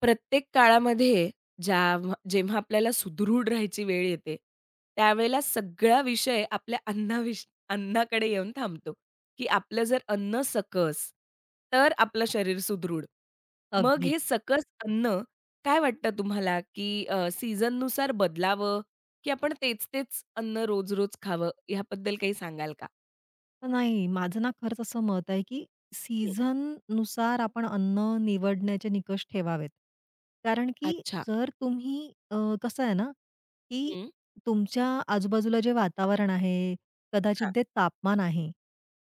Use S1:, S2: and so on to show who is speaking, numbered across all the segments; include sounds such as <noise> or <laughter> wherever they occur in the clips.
S1: प्रत्येक काळामध्ये ज्या जेव्हा आपल्याला सुदृढ राहायची वेळ येते, त्यावेळेला सगळा विषय आपल्या अन्नाकडे येऊन थांबतो, की आपलं जर अन्न सकस, तर आपलं शरीर सुदृढ. मग
S2: अगदी.
S1: हे सकस अन्न काय वाटतं तुम्हाला, की सीझननुसार बदलावं, की आपण तेच-तेच अन्न रोज-रोज खावं? याबद्दल काही सांगाल का?
S2: माझं ना खरंच असं मत आहे, की
S1: हं.
S2: सीझन नुसार आपण अन्न निवडण्याचे निकष ठेवावेत. कारण की
S1: अच्छा.
S2: जर तुम्ही अ, कसं आहे ना, की
S1: हं.
S2: तुमच्या आजूबाजूला जे वातावरण आहे, कदाचित
S1: हां,
S2: जे तापमान आहे,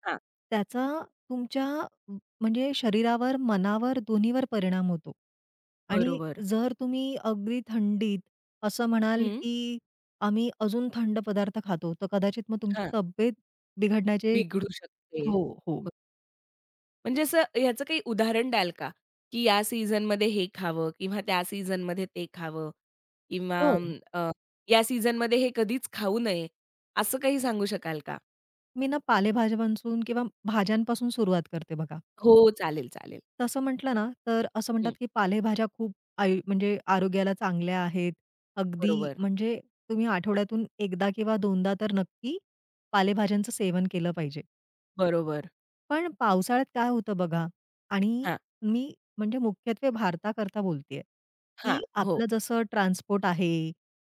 S1: हां.
S2: त्याचा तुमच्या म्हणजे शरीरावर, मनावर दोन्हीवर परिणाम होतो. आणि
S1: बरोबर.
S2: जर तुम्ही अगदी थंडीत असं म्हणाल,
S1: हं.
S2: की आम्ही अजून थंड पदार्थ खातो, तर कदाचित मग तुमची
S1: हां.
S2: तब्येत बिघडण्याचे.
S1: बिघडू शकते.
S2: हो, हो.
S1: म्हणजे असं ह्याचं काही उदाहरण द्याल का? की या सीझनमध्ये हे खावं किंवा त्या सीझनमध्ये ते खावं किंवा
S2: हो.
S1: या सीझनमध्ये हे कधीच खाऊ नये, असं काही सांगू शकाल का?
S2: मी ना पालेभाज्यांपासून किंवा भाज्यांपासून सुरुवात करते बघा.
S1: हो, चालेल, चालेल.
S2: तसं म्हटलं ना, तर असं म्हणतात
S1: हं,
S2: की पालेभाज्या खूप म्हणजे आरोग्याला चांगल्या आहेत. अगदी
S1: बरोबर,
S2: म्हणजे तुम्ही आठवड्यातून एकदा किंवा दोनदा तर नक्की पालेभाज्यांचं सेवन केलं पाहिजे.
S1: बरोबर.
S2: पण पावसाळ्यात काय होतं बघा. आणि
S1: हां,
S2: मी म्हणजे मुख्यत्वे भारताकरता बोलतेय,
S1: हां,
S2: की
S1: हो.
S2: आपलं जसं ट्रान्सपोर्ट आहे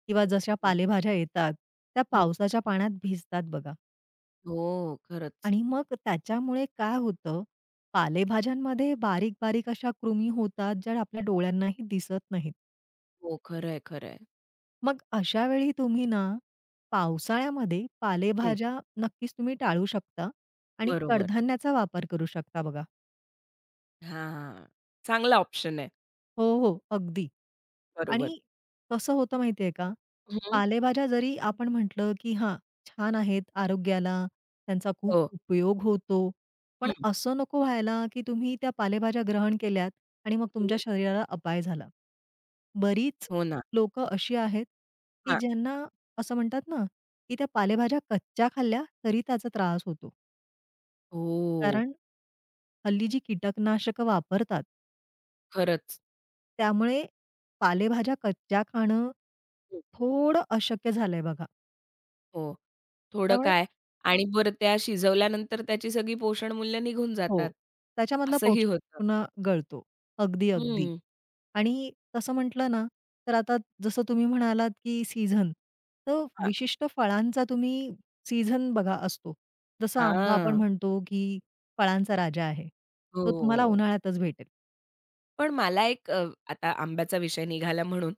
S2: किंवा जशा
S1: हं,
S2: पालेभाज्या येतात, त्या
S1: हं.
S2: पावसाच्या पाण्यात भिजतात बघा.
S1: हो, खरंच.
S2: आणि मग त्याच्यामुळे काय होतं, पालेभाज्यांमध्ये बारीक-बारीक अशा कृमी होतात, ज्या आपल्या डोळ्यांनाही दिसत नाहीत.
S1: हो, खरं आहे,
S2: मग अशा वेळी तुम्ही ना, पावसाळ्यामध्ये
S1: हं,
S2: पालेभाज्या नक्कीच तुम्ही टाळू शकता आणि
S1: बरोबर.
S2: कडधान्याचा वापर करू शकता बघा.
S1: हां, चांगला ऑप्शन आहे.
S2: हो. अगदी.
S1: बरोबर.
S2: आणि कसं होतं माहिती आहे का?
S1: हं,
S2: पालेभाज्या जरी आपण म्हटलं, की हां, छान आहेत आरोग्याला, त्यांचा खूप
S1: हो.
S2: उपयोग होतो. पण
S1: हं,
S2: असं नको व्हायला, की तुम्ही त्या पालेभाज्या ग्रहण केल्यात आणि मग
S1: हं.
S2: तुमच्या शरीराला अपाय झाला. बरीच
S1: हो ना.
S2: लोकं अशी आहेत, की
S1: हां.
S2: ज्यांना असं म्हणतात ना, की त्या पालेभाज्या कच्च्या खाल्ल्या तरी त्याचा त्रास होतो.
S1: हो,
S2: कारण हल्ली जी कीटकनाशकं वापरतात,
S1: खरंच.
S2: त्यामुळे पालेभाज्या कच्च्या खाणं थोडं अशक्य झालंय बघा.
S1: हो. थोडं
S2: त्यामुळे
S1: काय आणि बरं त्या शिजवल्यानंतर त्याची सगळी पोषण मूल्य निघून जातात.
S2: हो, त्याच्यामधला
S1: असंही
S2: पौष्टिक
S1: होतं.
S2: पुन्हा गळतो. अगदी.
S1: हं.
S2: आणि तसं म्हटलं ना, तर आता जसं तुम्ही म्हणालात, की सीझन, तर
S1: हां.
S2: विशिष्ट फळांचा तुम्ही सीझन बघा असतो. जसं आंबा आपण
S1: हां.
S2: म्हणतो, की फळांचा राजा आहे. तो तुम्हाला
S1: हो.
S2: उन्हाळ्यातच भेटेल.
S1: पण मला एक आता आंब्याचा विषय निघाला म्हणून,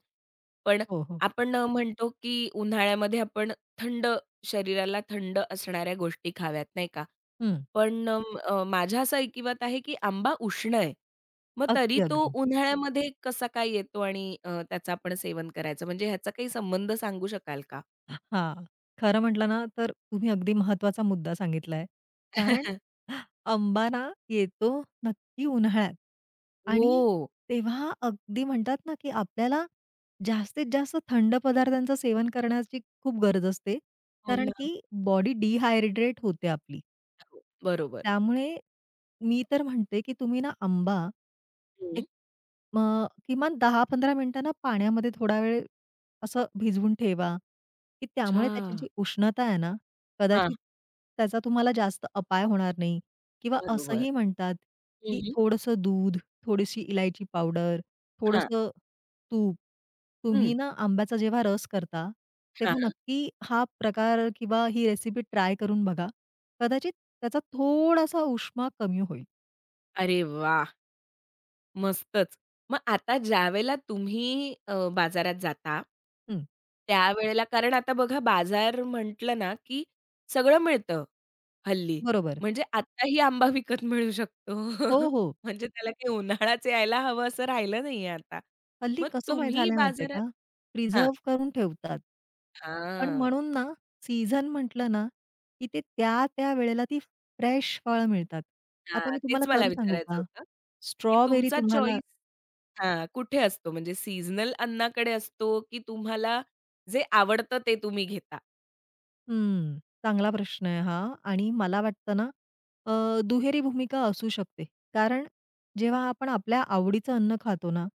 S1: पण
S2: हो.
S1: आपण म्हणतो की उन्हाळ्यामध्ये आपण थंड शरीराला थंड असणाऱ्या गोष्टी खाव्यात, नाही का?
S2: हं.
S1: पण अ, अ, माझ्या असं ऐकिवात आहे, की आंबा उष्ण आहे. मग तरी
S2: अगदी,
S1: तो
S2: अगदी.
S1: उन्हाळ्यामध्ये कसा काय येतो आणि त्याचं आपण सेवन करायचं म्हणजे ह्याचा काही संबंध सांगू शकाल का?
S2: हां. खरं म्हटलं ना, तर तुम्ही अगदी महत्त्वाचा मुद्दा सांगितलाय. कारण
S1: <laughs>
S2: आंबा ना येतो नक्की उन्हाळ्यात. आणि
S1: हो.
S2: तेव्हा अगदी म्हणतात ना, की आपल्याला जास्तीत जास्त थंड पदार्थांचं सेवन करण्याची खूप गरज असते.
S1: हो
S2: कारण
S1: ना.
S2: की बॉडी डिहायड्रेट होते आपली.
S1: हो, बरोबर.
S2: त्यामुळे मी तर म्हणते, की तुम्ही ना आंबा
S1: हं.
S2: एक म किमान 10-15 मिनिटांना पाण्यामध्ये थोडा वेळ असं भिजवून ठेवा, की त्यामुळे त्याची
S1: अच्छा.
S2: जी उष्णता आहे ना,
S1: हां,
S2: कदाचित त्याचा तुम्हाला जास्त अपाय होणार नाही. किंवा
S1: बरोबर.
S2: असंही म्हणतात,
S1: हं,
S2: की
S1: हं.
S2: थोडंसं दूध, थोडीशी इलायची पावडर,
S1: हां.
S2: थोडंसं तूप. तुम्ही
S1: हं.
S2: ना आंब्याचा जेव्हा रस करता, तेव्हा नक्की हा प्रकार किंवा ही रेसिपी ट्राय करून बघा. कदाचित त्याचा थोडासा उष्मा कमी होईल.
S1: अरे वाह! मस्तच. मग आता ज्यावेळेला तुम्ही बाजारात जाता,
S2: हं.
S1: त्यावेळेला कारण आता बघा बाजार म्हटलं ना, की सगळं मिळतं. हल्ली.
S2: बरोबर.
S1: म्हणजे आत्ताही आंबा विकत मिळू शकतो.
S2: हो,
S1: <laughs>
S2: हो.
S1: म्हणजे त्याला काही उन्हाळाच यायला हवं असं राहिलं नाहीये आता.
S2: हल्ली
S1: मग
S2: कसं माहीत
S1: तुम्ही
S2: झालंय माहितीये
S1: बाजारात
S2: का?
S1: हां,
S2: प्रिझर्व्ह करून ठेवतात. पण
S1: हां,
S2: म्हणून ना, सीझन म्हटलं ना, की ते त्या-त्या वेळेला ती फ्रेश फळं मिळतात. आता
S1: हां.
S2: मी तुम्हाला
S1: तेच मला
S2: खरं सांगू
S1: विचारायचं
S2: का?
S1: होतं, की
S2: स्ट्रॉबेरी
S1: तुमचा
S2: तुम्हाला.
S1: चॉईस हां, कुठे असतो? म्हणजे सीझनल अन्नाकडे असतो, की तुम्हाला जे आवडतं ते तुम्ही घेता?
S2: हं, चांगला प्रश्न आहे हा. आणि मला वाटतं ना, दुहेरी भूमिका असू शकते. कारण जेव्हा आपण आपल्या आवडीचं अन्न खातो ना,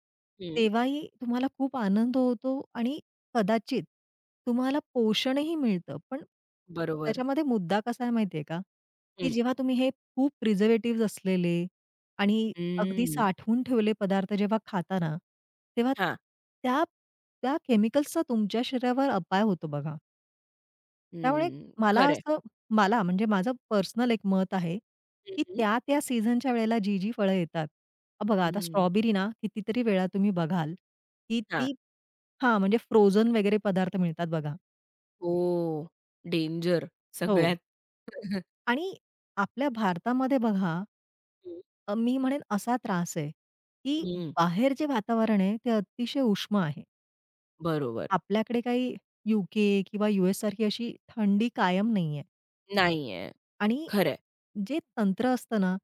S1: हं,
S2: तेव्हाही तुम्हाला खूप आनंद होतो आणि कदाचित तुम्हाला पोषणही मिळतं. पण
S1: बरोबर.
S2: त्याच्यामध्ये मुद्दा कसा आहे माहिती आहे का, की
S1: हं,
S2: जेव्हा तुम्ही हे खूप प्रिझर्व्हेटिव्हज असलेले आणि अगदी
S1: हं.
S2: साठवून ठेवले पदार्थ जेव्हा खाता ना, तेव्हा
S1: हां,
S2: त्या त्या केमिकल्सचा तुमच्या शरीरावर अपाय होतो बघा. त्यामुळे
S1: हं.
S2: मला
S1: खरंय.
S2: असं मला म्हणजे माझं पर्सनल एक मत आहे,
S1: हं,
S2: की
S1: हं.
S2: त्या-त्या सीझनच्या वेळेला जी-जी फळं येतात. बघा आता
S1: हं.
S2: स्ट्रॉबेरी ना कितीतरी वेळा तुम्ही बघाल, की
S1: हां.
S2: ती हां, म्हणजे फ्रोझन वगैरे पदार्थ मिळतात बघा.
S1: हो. डेंजर
S2: हो.
S1: सगळ्यात. <laughs>
S2: आणि आपल्या भारतामध्ये बघा,
S1: हं,
S2: मी म्हणेन असा त्रास आहे, की बाहेर जे वातावरण आहे ते अतिशय उष्म आहे.
S1: बरोबर.
S2: आपल्याकडे काही यू किंवा यू सारखी अशी थंडी कायम नाहीये.
S1: नाहीये.
S2: आणि
S1: खरंय.
S2: जे तंत्र असतं ना,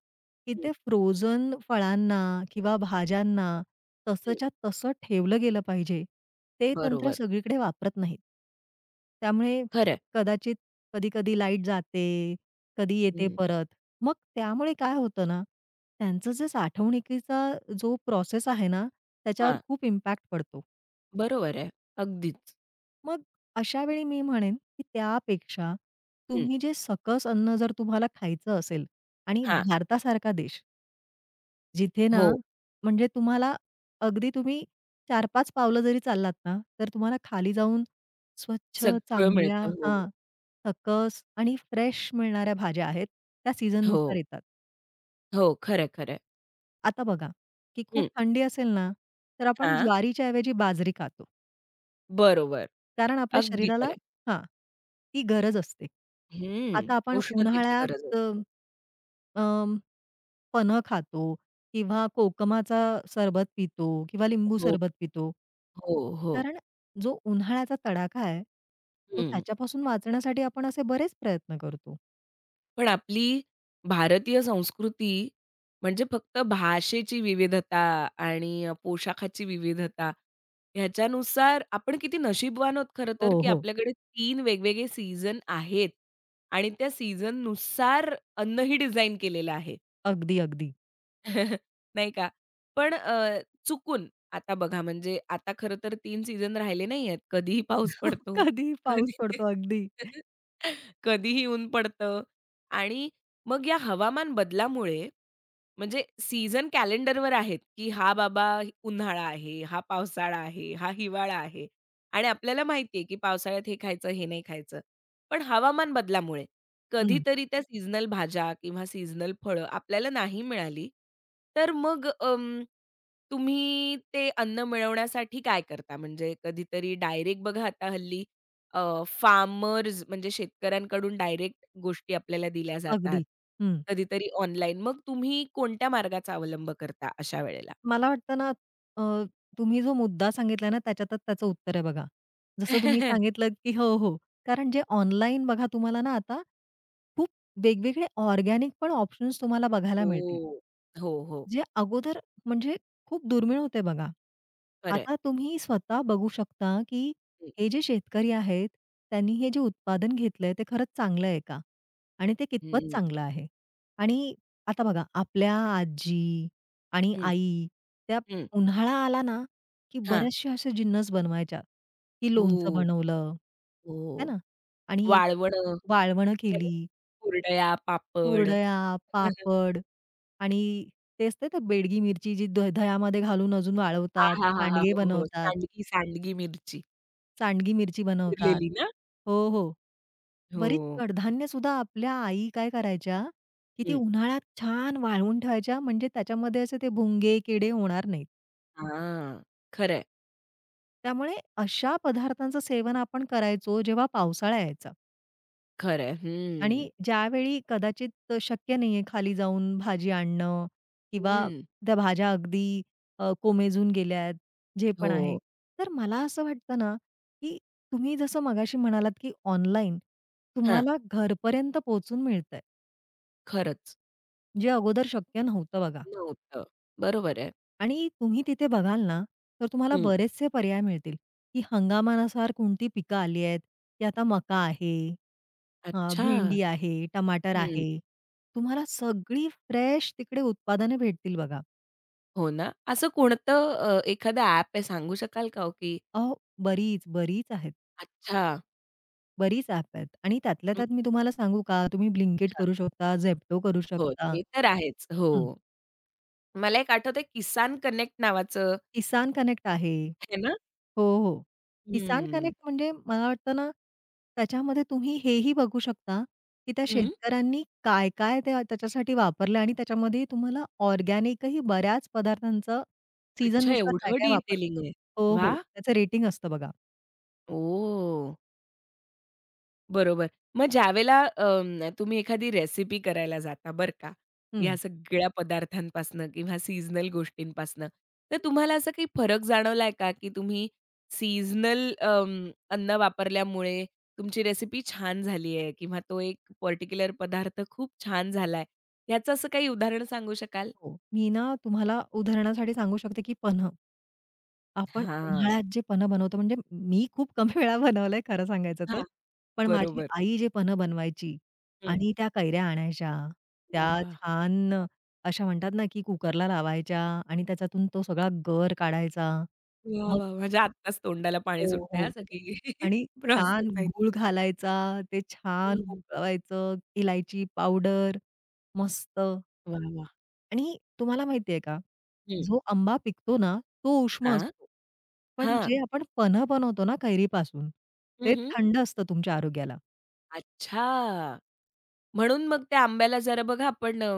S2: की
S1: हं,
S2: ते फ्रोझन फळांना किंवा भाज्यांना
S1: हं.
S2: तसंच्या तसं ठेवलं गेलं पाहिजे. ते तंत्र
S1: बरोबर.
S2: सगळीकडे वापरत नाहीत. त्यामुळे
S1: खरंय.
S2: कदाचित कधी-कधी लाईट जाते, कधी येते
S1: हं.
S2: परत. मग त्यामुळे काय होतं ना, त्यांचं जे साठवणुकीचा जो प्रोसेस आहे ना, त्याच्यावर
S1: हां,
S2: खूप इम्पॅक्ट पडतो.
S1: बरोबर आहे. अगदीच.
S2: मग अशा वेळी मी म्हणेन, की त्यापेक्षा
S1: हं,
S2: तुम्ही जे सकस अन्न जर तुम्हाला खायचं असेल आणि
S1: हां.
S2: भारतासारखा देश जिथे ना,
S1: हो,
S2: म्हणजे तुम्हाला अगदी तुम्ही 4-5 पावलं जरी चाललात ना, तर तुम्हाला खाली जाऊन स्वच्छ,
S1: सगळं
S2: चांगल्या
S1: मिळतं. हो,
S2: हां, सकस आणि फ्रेश मिळणाऱ्या भाज्या आहेत, त्या सीझननुसार
S1: हो,
S2: येतात.
S1: हो. खरंय, खरंय.
S2: आता बघा, की खूप
S1: हं,
S2: थंडी असेल ना, तर आपण
S1: हां.
S2: ज्वारीच्या ऐवजी बाजरी खातो.
S1: बरोबर.
S2: कारण आपल्या
S1: अगदी
S2: शरीराला
S1: खरंय.
S2: हां, ती गरज असते.
S1: हं,
S2: आता आपण
S1: उष्णतेची गरज
S2: उन्हाळ्यात
S1: असते.
S2: अं, फणं खातो किंवा कोकमाचा सरबत पितो किंवा लिंबू
S1: हो,
S2: सरबत पितो.
S1: हो, हो.
S2: कारण जो उन्हाळ्याचा तडाखा आहे, तो
S1: हं.
S2: त्याच्यापासून वाचण्यासाठी आपण असे बरेच प्रयत्न करतो.
S1: पण आपली भारतीय संस्कृती म्हणजे फक्त भाषेची विविधता आणि पोशाखाची विविधता ह्याच्यानुसार आपण किती नशीबवान आहोत खरं
S2: हो,
S1: तर, की
S2: हो.
S1: आपल्याकडे तीन वेगवेगळे सीझन आहेत आणि त्या सीझननुसार अन्नही डिझाइन केलेलं आहे.
S2: अगदी.
S1: <laughs> नाही का? पण चुकून आता बघा म्हणजे आता खरं तर 3 सीझन राहिले नाहीयेत. कधीही पाऊस
S2: <laughs>
S1: पडतो,
S2: कधी पाऊस
S1: कधी
S2: पडतो. अगदी.
S1: <laughs> कधीही ऊन पडतं आणि मग या हवामान बदलामुळे म्हणजे सीझन कॅलेंडरवर आहेत, की हा बाबा उन्हाळा आहे, हा पावसाळा आहे, हा हिवाळा आहे आणि आपल्याला माहिती की पावसाळ्यात हे खायचं, हे नाही खायचं. पण हवामान बदलामुळे
S2: हं.
S1: कधीतरी त्या सीझनल भाज्या किंवा सीझनल फळं आपल्याला नाही मिळाली, तर मग तुम्ही ते अन्न मिळवण्यासाठी काय करता? म्हणजे कधीतरी डायरेक्ट बघा आता हल्ली फार्मर्स म्हणजे शेतकऱ्यांकडून डायरेक्ट गोष्टी आपल्याला दिल्या जातात.
S2: अगदी. हं.
S1: कधीतरी ऑनलाईन. मग तुम्ही कोणत्या मार्गाचा अवलंब करता अशा वेळेला?
S2: मला वाटतं ना, अ, तुम्ही जो मुद्दा सांगितला ना, त्याच्यातच त्याचं उत्तर आहे बघा. जसं तुम्ही
S1: <laughs>
S2: सांगितलं, की हो, हो. कारण जे ऑनलाईन बघा तुम्हाला ना, आता खूप वेगवेगळे ऑर्गॅनिक पण ऑप्शन्स तुम्हाला बघायला
S1: हो.
S2: मिळतील.
S1: हो, हो.
S2: जे अगोदर म्हणजे खूप दुर्मिळ होते बघा.
S1: खरं आहे.
S2: आता तुम्ही स्वतः बघू शकता, की हे जे शेतकरी आहेत, त्यांनी हे जे उत्पादन घेतलंय ते खरंच चांगलं आहे का? आणि ते
S1: हं,
S2: कितपत
S1: हं,
S2: चांगलं आहे? आणि आता बघा आपल्या आजी आणि
S1: हं,
S2: आई त्या
S1: हं.
S2: उन्हाळा आला ना, की
S1: हां.
S2: बऱ्याचशा अशा जिन्नस बनवायच्या, की लोणचं
S1: हो,
S2: बनवलं, है
S1: हो.
S2: ना? आणि
S1: वाळवण.
S2: वाळवणं
S1: ह्याला
S2: केली.
S1: कुरडया, पापड. <laughs>
S2: कुरडया,
S1: हं, हं.
S2: पापड आणि ते असते ना बेडगी मिरची जी दह्यामध्ये घालून अजून वाळवतात,
S1: आहाहाहा!
S2: सांडगे
S1: हो, हो.
S2: बनवतात,
S1: सांडगी, सांडगी मिरची
S2: सांडगी मिरची बनवतात.
S1: भरलेली ना?
S2: हो.
S1: हो.
S2: बरीच कडधान्य सुद्धा आपल्या आई काय करायच्या, की ती
S1: हं.
S2: उन्हाळ्यात छान वाळवून ठेवायच्या म्हणजे त्याच्यामध्ये असे ते भुंगे, किडे होणार नाहीत.
S1: हां. खरंय,
S2: त्यामुळे अशा पदार्थांचं सेवन आपण करायचो जेव्हा पावसाळा यायचा.
S1: खरंय.
S2: आणि
S1: हं.
S2: ज्यावेळी कदाचित शक्य नाहीये खाली जाऊन भाजी आणणं किंवा
S1: हं.
S2: त्या भाज्या अगदी कोमेजून गेल्यात, जे पण आहे.
S1: हो.
S2: तर मला असं वाटतं ना, की तुम्ही जसं मगाशी म्हणालात, की ऑनलाईन
S1: हां.
S2: तुम्हाला घरपर्यंत पोहचून मिळतंय,
S1: खरंच
S2: जे अगोदर शक्य नव्हतं बघा.
S1: नव्हतं. बरोबर आहे.
S2: आणि तुम्ही तिथे बघाल ना, तर तुम्हाला
S1: हं.
S2: बरेचसे पर्याय मिळतील, की हंगामानुसार कोणती पिकं आली आहेत, की आता मका आहे, हां,
S1: अच्छा.
S2: भेंडी आहे, टमाटर
S1: हं.
S2: आहे. तुम्हाला सगळी फ्रेश तिकडे उत्पादनं भेटतील बघा.
S1: हो ना. असं कोणतं एखादं ॲप आहे सांगू शकाल का हो, की
S2: अहो, बरीच आहेत.
S1: अच्छा
S2: बरीच ॲप आहेत आणि त्यातल्या
S1: हं,
S2: त्यात मी तुम्हाला सांगू का, तुम्ही Blinkit
S1: हां.
S2: करू शकता, Zepto करू
S1: हो,
S2: शकता.
S1: ते तर आहेच. हो.
S2: हं,
S1: मला एक आठवतंय किसान कनेक्ट नावाचं
S2: किसान कनेक्ट आहे.
S1: आहे ना?
S2: हो, हो. किसान
S1: हं.
S2: कनेक्ट म्हणजे मला वाटतं ना, त्याच्यामध्ये तुम्ही हेही बघू शकता, की त्या
S1: हं.
S2: शेतकऱ्यांनी काय-काय त्याच्यासाठी वापरलं आणि त्याच्यामध्ये तुम्हाला ऑर्गॅनिकही बऱ्याच पदार्थांचं
S1: अच्छा,
S2: सीझननुसार
S1: एवढं
S2: काय-काय वापरतात.
S1: डिटेलिंग आहे.
S2: हो,
S1: वा,
S2: हो. त्याचं रेटिंग असतं बघा.
S1: ओ, बरोबर. मग ज्यावेळेला तुम्ही एखादी रेसिपी करायला जाता बरं का, या
S2: हं.
S1: सगळ्या पदार्थांपासनं किंवा सीजनल गोष्टींपासनं, तर तुम्हाला असा काही फरक जाणवलाय का, की तुम्ही सीजनल अन्न वापरल्यामुळे तुमची रेसिपी छान झाली आहे किंवा तो एक पर्टिक्युलर पदार्थ खूप छान झालाय, याचं असं काही उदाहरण सांगू शकाल?
S2: हो. मी ना तुम्हाला उदाहरणासाठी सांगू शकते, की पन्ह. आपण
S1: हां.
S2: उन्हाळ्यात जे पन्हं बनवतो म्हणजे मी खूप कमी वेळा बनवलंय खरं सांगायचं तर.
S1: हां,
S2: पण माझी
S1: बरोबर.
S2: आई जे पन्हं बनवायची
S1: हं.
S2: आणि त्या कैऱ्या आणायच्या, त्या
S1: वाह! वाह!
S2: छान अशा म्हणतात ना, की कुकरला लावायच्या आणि त्याच्यातून तो सगळा गर काढायचा.
S1: वाह,
S2: मग
S1: वाह! म्हणजे आत्ताच तोंडाला पाणी
S2: हो,
S1: सुटतंय हां,
S2: हो.
S1: सगळी <laughs>
S2: आणि
S1: प्रोसेस
S2: छान गूळ
S1: ऐकून.
S2: घालायचा, ते छान
S1: हं.
S2: उकळवायचं, इलायची पावडर मस्त.
S1: वाह, वाह!
S2: आणि तुम्हाला माहिती का,
S1: हं.
S2: जो आंबा पिकतो ना, तो उष्ण
S1: हां,
S2: असतो. पण
S1: हां.
S2: जे आपण पन्ह बनवतो ना कैरीपासून,
S1: हं,
S2: ते
S1: हं.
S2: थंड असतं तुमच्या आरोग्याला.
S1: अच्छा! म्हणून मग त्या आंब्याला जरा बघा आपण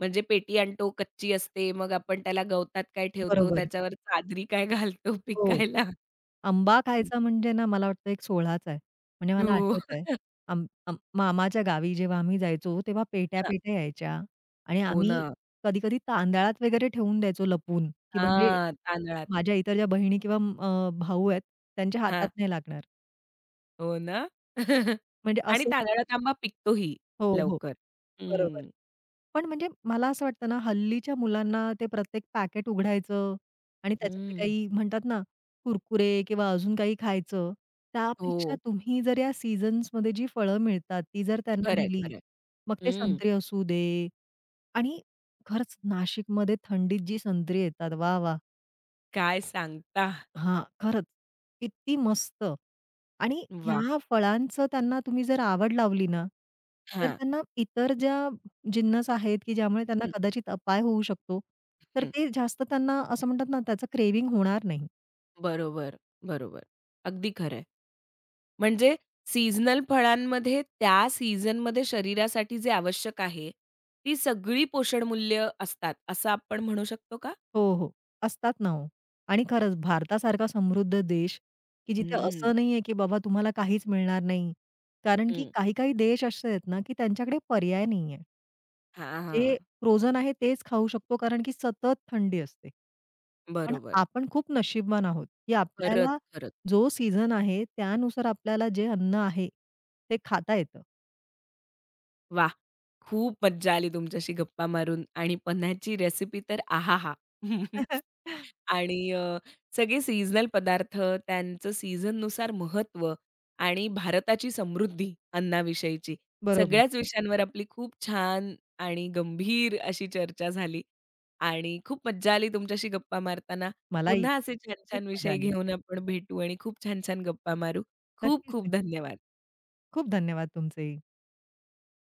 S1: म्हणजे पेटी आणतो, कच्ची असते. मग आपण त्याला गवतात काय ठेवतो,
S2: बरोबर.
S1: त्याच्यावर चादरी काय घालतो <laughs>
S2: हो.
S1: पिकायला.
S2: आंबा खायचा म्हणजे ना, मला वाटतं एक सोहळाच आहे. म्हणजे मला
S1: हो.
S2: आठवतंय, आम आम मामाच्या गावी जेव्हा आम्ही जायचो, तेव्हा
S1: हां.
S2: पेट्या-पेट्या यायच्या आणि
S1: हो ना.
S2: आम्ही कधी-कधी तांदळात वगैरे ठेवून द्यायचो लपून, की म्हणजे
S1: हां, तांदळात.
S2: माझ्या इतर ज्या बहिणी किंवा भाऊ आहेत, त्यांच्या हातात
S1: हां.
S2: नाही लागणार.
S1: हो ना. <laughs>
S2: म्हणजे
S1: आणि
S2: असं,
S1: तांदळात आंबा पिकतोही
S2: हो.
S1: लवकर.
S2: बरोबर.
S1: हं.
S2: पण म्हणजे मला असं वाटतं ना, हल्लीच्या मुलांना ते प्रत्येक पॅकेट उघडायचं आणि त्याच्यातले
S1: हं.
S2: काही म्हणतात ना, कुरकुरे किंवा अजून काही खायचं. त्यापेक्षा
S1: हो.
S2: तुम्ही जर या सीझन्समध्ये जी फळं मिळतात, ती जर त्यांना
S1: खरंय,
S2: दिली,
S1: खरंय.
S2: मग ते
S1: हं,
S2: संत्री असू दे आणि खरंच नाशिकमध्ये थंडीत जी संत्री येतात, वाह! वाह!
S1: काय सांगता?
S2: हां, खरंच. किती मस्त. आणि
S1: वा,
S2: ह्या फळांचं त्यांना तुम्ही जर आवड लावली ना, तर
S1: हां.
S2: त्यांना इतर ज्या जिन्नस आहेत, की ज्यामुळे त्यांना
S1: हं,
S2: कदाचित अपाय होऊ शकतो, तर
S1: हं.
S2: ते जास्त त्यांना असं म्हणतात ना, त्याचं क्रेव्हिंग होणार नाही.
S1: बरोबर, बरोबर. अगदी खरं आहे. म्हणजे सीझनल फळांमध्ये त्या सीझनमध्ये शरीरासाठी जे आवश्यक आहे, ती सगळी पोषण मूल्य असतात, असं आपण म्हणू शकतो का?
S2: हो. असतात ना हो. आणि खरंच भारतासारखा समृद्ध देश, की जिथे
S1: हं,
S2: असं नाहीये, की बाबा तुम्हाला काहीच मिळणार नाही. कारण की
S1: हं.
S2: काही-काही देश असे आहेत ना, की त्यांच्याकडे पर्याय नाहीये.
S1: हां,
S2: जे
S1: हां.
S2: फ्रोझन आहे तेच खाऊ शकतो कारण की सतत थंडी असते. पण
S1: बरोबर.
S2: आपण खूप नशीबवान आहोत, की
S1: खरंच,
S2: आपल्याला
S1: खरंच.
S2: जो सीझन आहे त्यानुसार आपल्याला जे अन्न आहे ते खाता येतं.
S1: वाह! खूप मज्जा आली तुमच्याशी गप्पा मारून आणि पन्ह्याची रेसिपी तर आहाहा! <laughs>
S2: <laughs>
S1: आणि सगळे सीझनल पदार्थ, त्यांचं सीझननुसार महत्त्व आणि भारताची समृद्धी अन्नाविषयीची.
S2: बरोबर.
S1: सगळ्याच विषयांवर आपली खूप छान आणि गंभीर अशी चर्चा झाली आणि खूप मज्जा आली तुमच्याशी गप्पा मारताना.
S2: मलाही
S1: पुन्हा असे
S2: खूप
S1: छान-छान
S2: मजा
S1: विषय
S2: आली.
S1: घेऊन आपण भेटू आणि खूप छान-छान गप्पा मारू. खूप
S2: नक्कीच,
S1: खूप
S2: नक्कीच.
S1: धन्यवाद.
S2: खूप धन्यवाद तुमचेही.